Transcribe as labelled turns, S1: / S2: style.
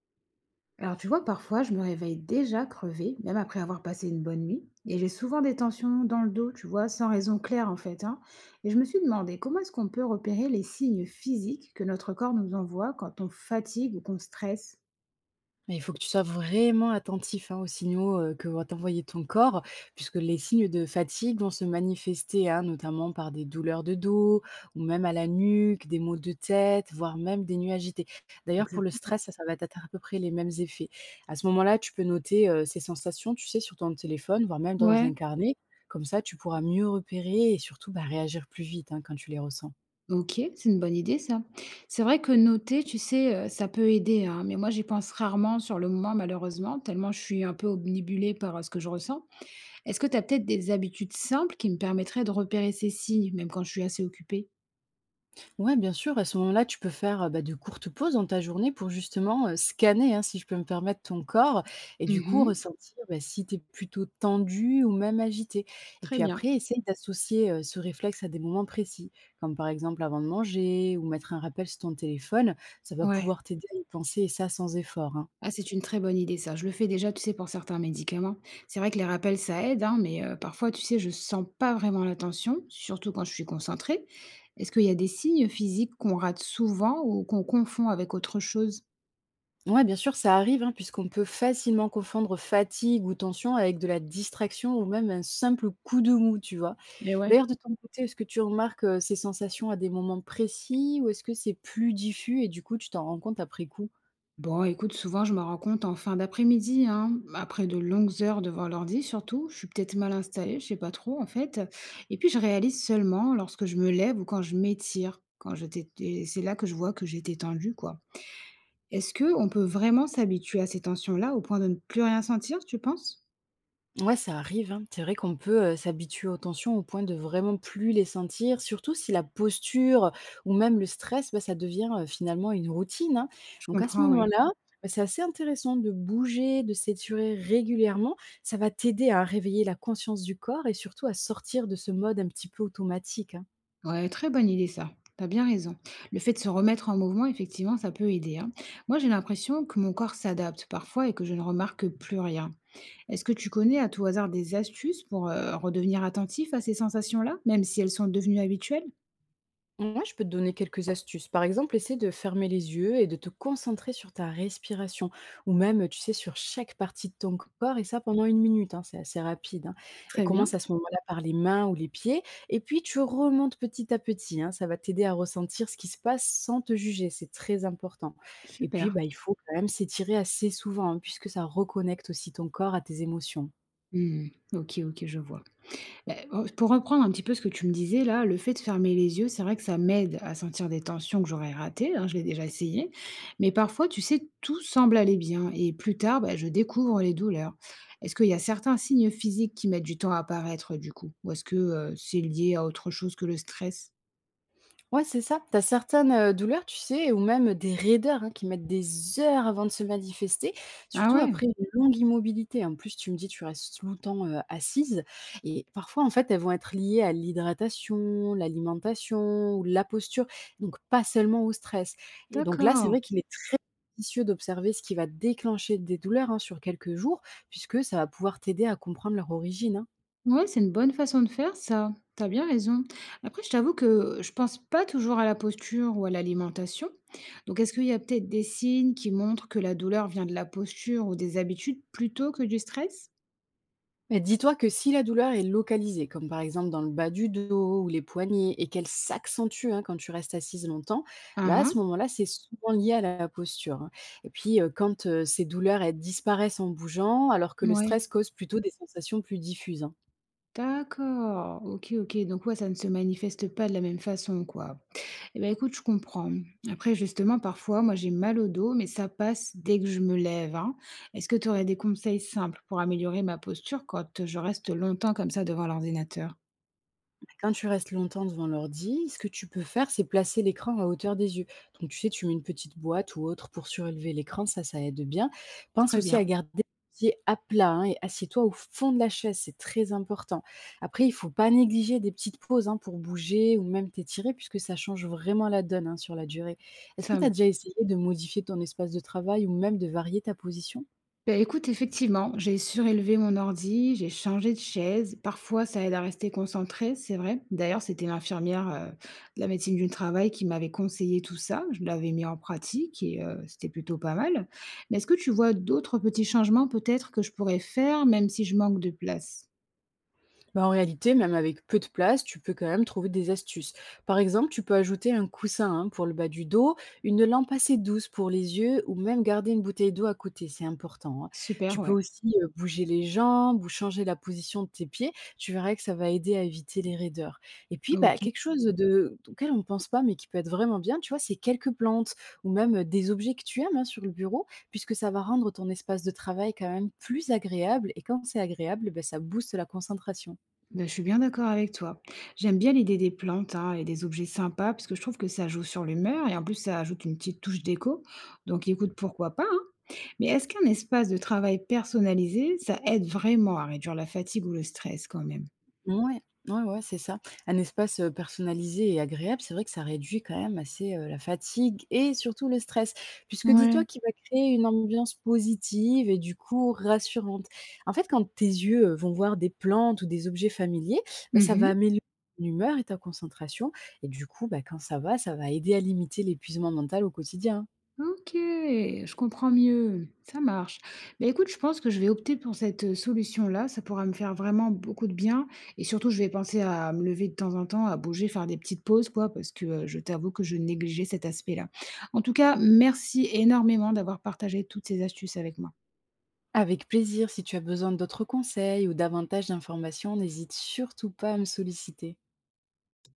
S1: Alors tu vois, parfois, je me réveille déjà crevée, même après avoir passé une bonne nuit, et j'ai souvent des tensions dans le dos, tu vois, sans raison claire en fait, hein. Et je me suis demandé comment est-ce qu'on peut repérer les signes physiques que notre corps nous envoie quand on fatigue ou qu'on stresse.
S2: Mais il faut que tu sois vraiment attentif hein, aux signaux que va t'envoyer ton corps, puisque les signes de fatigue vont se manifester, hein, notamment par des douleurs de dos, ou même à la nuque, des maux de tête, voire même des nuits agités. D'ailleurs, pour le
S1: Exactement.
S2: stress, ça va être à peu près les mêmes effets. À ce moment-là, tu peux noter ces sensations, tu sais, sur ton téléphone, voire même dans un
S1: Ouais,
S2: carnet. Comme ça, tu pourras mieux repérer et surtout bah, réagir plus vite hein, quand tu les ressens.
S1: ok, c'est une bonne idée ça. C'est vrai que noter, tu sais, ça peut aider, hein, mais moi j'y pense rarement sur le moment malheureusement, tellement je suis un peu obnubilée par ce que je ressens. Est-ce que tu as peut-être des habitudes simples qui me permettraient de repérer ces signes, même quand je suis assez occupée?
S2: Ouais, bien sûr, à ce moment-là, tu peux faire, bah, de courtes pauses dans ta journée pour justement, scanner, hein, si je peux me permettre, ton corps et du coup
S1: Mmh.
S2: ressentir, bah, si tu es plutôt tendu ou même agité, et
S1: Très
S2: puis
S1: bien.
S2: après essaye d'associer, ce réflexe à des moments précis, comme par exemple avant de manger ou mettre un rappel sur ton téléphone. Ça va
S1: Ouais.
S2: pouvoir t'aider à y penser et ça sans effort, hein.
S1: Ah, c'est une très bonne idée ça. Je le fais déjà, tu sais, pour certains médicaments. C'est vrai que les rappels, ça aide, hein, mais parfois, tu sais, je sens pas vraiment la tension, surtout quand je suis concentrée. Est-ce qu'il y a des signes physiques qu'on rate souvent ou qu'on confond avec autre chose?
S2: Ouais, bien sûr, ça arrive, hein, puisqu'on peut facilement confondre fatigue ou tension avec de la distraction ou même un simple coup de mou, tu vois?
S1: Eh ouais.
S2: D'ailleurs, de ton côté, est-ce que tu remarques, ces sensations à des moments précis, ou est-ce que c'est plus diffus et du coup tu t'en rends compte après coup?
S1: Bon, écoute, souvent, je me rends compte en fin d'après-midi, hein, après de longues heures devant l'ordi surtout. Je suis peut-être mal installée, je sais pas trop, en fait, et puis je réalise seulement lorsque je me lève ou quand je m'étire. Quand j'étais t et c'est là que je vois que j'étais tendue, quoi. Est-ce que on peut vraiment s'habituer à ces tensions-là au point de ne plus rien sentir, tu penses?
S2: Ouais, ça arrive, hein. C'est vrai qu'on peut, s'habituer aux tensions au point de vraiment plus les sentir, surtout si la posture ou même le stress, bah, ça devient, finalement une routine, hein.
S1: Je
S2: Donc à ce
S1: comprends, ouais.
S2: moment-là, bah, c'est assez intéressant de bouger, de s'étirer régulièrement. Ça va t'aider à réveiller la conscience du corps et surtout à sortir de ce mode un petit peu automatique, hein.
S1: Ouais, très bonne idée ça. T'as bien raison. Le fait de se remettre en mouvement, effectivement, ça peut aider, hein. Moi, j'ai l'impression que mon corps s'adapte parfois et que je ne remarque plus rien. Est-ce que tu connais à tout hasard des astuces pour redevenir attentif à ces sensations-là, même si elles sont devenues habituelles?
S2: Moi, je peux te donner quelques astuces. Par exemple, essaie de fermer les yeux et de te concentrer sur ta respiration, ou même, tu sais, sur chaque partie de ton corps, et ça pendant une minute, hein, c'est assez rapide, hein. Et
S1: Très bien,
S2: commence à ce moment-là par les mains ou les pieds, et puis tu remontes petit à petit, hein. Ça va t'aider à ressentir ce qui se passe sans te juger, c'est très important. Et puis,
S1: super.
S2: bah, il faut quand même s'étirer assez souvent, hein, puisque ça reconnecte aussi ton corps à tes émotions.
S1: Hmm, ok, ok, je vois. Beh, pour reprendre un petit peu ce que tu me disais là, le fait de fermer les yeux, c'est vrai que ça m'aide à sentir des tensions que j'aurais ratées, hein, je l'ai déjà essayé. Mais parfois, tu sais, tout semble aller bien et plus tard, bah, je découvre les douleurs. Est-ce qu'il y a certains signes physiques qui mettent du temps à apparaître du coup? Ou est-ce que, c'est lié à autre chose que le stress?
S2: Ouais, c'est ça. T'as certaines, douleurs, tu sais, ou même des raideurs, hein, qui mettent des heures avant de se manifester,
S1: Ah
S2: surtout
S1: ouais,
S2: après une longue immobilité. En plus, tu me dis, tu restes longtemps, assise, et parfois, en fait, elles vont être liées à l'hydratation, l'alimentation ou la posture, donc pas seulement au stress, et donc là, c'est
S1: d'accord.
S2: vrai qu'il est judicieux d'observer ce qui va déclencher des douleurs, hein, sur quelques jours, puisque ça va pouvoir t'aider à comprendre leur origine, hein.
S1: Ouais, c'est une bonne façon de faire ça. T'as bien raison. Après, je t'avoue que je pense pas toujours à la posture ou à l'alimentation. Donc, est-ce qu'il y a peut-être des signes qui montrent que la douleur vient de la posture ou des habitudes plutôt que du stress?
S2: Mais dis-toi que si la douleur est localisée, comme par exemple dans le bas du dos ou les poignets, et qu'elle s'accentue hein, quand tu restes assise longtemps, bah,
S1: Ah
S2: à
S1: ah,
S2: ce moment-là, c'est souvent lié à la posture, hein. Et puis, quand ces douleurs elles disparaissent en bougeant, alors que le
S1: ouais.
S2: stress cause plutôt des sensations plus diffuses, hein.
S1: D'accord, ok, ok, donc ouais, ça ne se manifeste pas de la même façon, quoi. Eh ben, écoute, je comprends. Après, justement, parfois, moi, j'ai mal au dos, mais ça passe dès que je me lève, hein. Est-ce que tu aurais des conseils simples pour améliorer ma posture quand je reste longtemps comme ça devant l'ordinateur?
S2: Quand tu restes longtemps devant l'ordi, ce que tu peux faire, c'est placer l'écran à hauteur des yeux. Donc, tu sais, tu mets une petite boîte ou autre pour surélever l'écran, ça aide bien. Pense
S1: Très
S2: aussi à
S1: bien.
S2: garder les pieds à plat hein, et assieds-toi au fond de la chaise, c'est très important. Après, il faut pas négliger des petites pauses hein, pour bouger ou même t'étirer, puisque ça change vraiment la donne hein, sur la durée. Est-ce que
S1: Ça.
S2: tu as déjà essayé de modifier ton espace de travail ou même de varier ta position?
S1: Beh, écoute, effectivement, j'ai surélevé mon ordi, j'ai changé de chaise. Parfois, ça aide à rester concentré, c'est vrai. D'ailleurs, c'était l'infirmière de la médecine du travail qui m'avait conseillé tout ça. Je l'avais mis en pratique et c'était plutôt pas mal. Mais est-ce que tu vois d'autres petits changements peut-être que je pourrais faire, même si je manque de place?
S2: Bah, en réalité, même avec peu de place, tu peux quand même trouver des astuces. Par exemple, tu peux ajouter un coussin hein, pour le bas du dos, une lampe assez douce pour les yeux ou même garder une bouteille d'eau à côté, c'est important, hein.
S1: Super,
S2: Tu peux
S1: ouais.
S2: aussi bouger les jambes ou changer la position de tes pieds, tu verras que ça va aider à éviter les raideurs. Et puis, bah,
S1: Ok.
S2: quelque chose de, auquel on ne pense pas mais qui peut être vraiment bien, tu vois, c'est quelques plantes ou même des objets que tu aimes hein, sur le bureau, puisque ça va rendre ton espace de travail quand même plus agréable. Et quand c'est agréable, bah, ça booste la concentration.
S1: Ben, je suis bien d'accord avec toi. J'aime bien l'idée des plantes, hein, et des objets sympas parce que je trouve que ça joue sur l'humeur et en plus ça ajoute une petite touche d'écho. Donc écoute, pourquoi pas, hein. Mais est-ce qu'un espace de travail personnalisé, ça aide vraiment à réduire la fatigue ou le stress quand même?
S2: Ouais, ouais, ouais, c'est ça. Un espace, personnalisé et agréable, c'est vrai que ça réduit quand même assez, la fatigue et surtout le stress. Puisque dis-toi
S1: Ouais.
S2: qu'il va créer une ambiance positive et du coup rassurante. En fait, quand tes yeux, vont voir des plantes ou des objets familiers, bah, ça va
S1: Mmh.
S2: améliorer ton humeur et ta concentration, et du coup, bah, quand ça va aider à limiter l'épuisement mental au quotidien.
S1: Ok, je comprends mieux, ça marche. Mais écoute, je pense que je vais opter pour cette, solution-là, ça pourra me faire vraiment beaucoup de bien, et surtout je vais penser à me lever de temps en temps, à bouger, faire des petites pauses quoi, parce que, je t'avoue que je négligeais cet aspect-là. En tout cas, merci énormément d'avoir partagé toutes ces astuces avec moi.
S2: Avec plaisir, si tu as besoin d'autres conseils ou davantage d'informations, n'hésite surtout pas à me solliciter.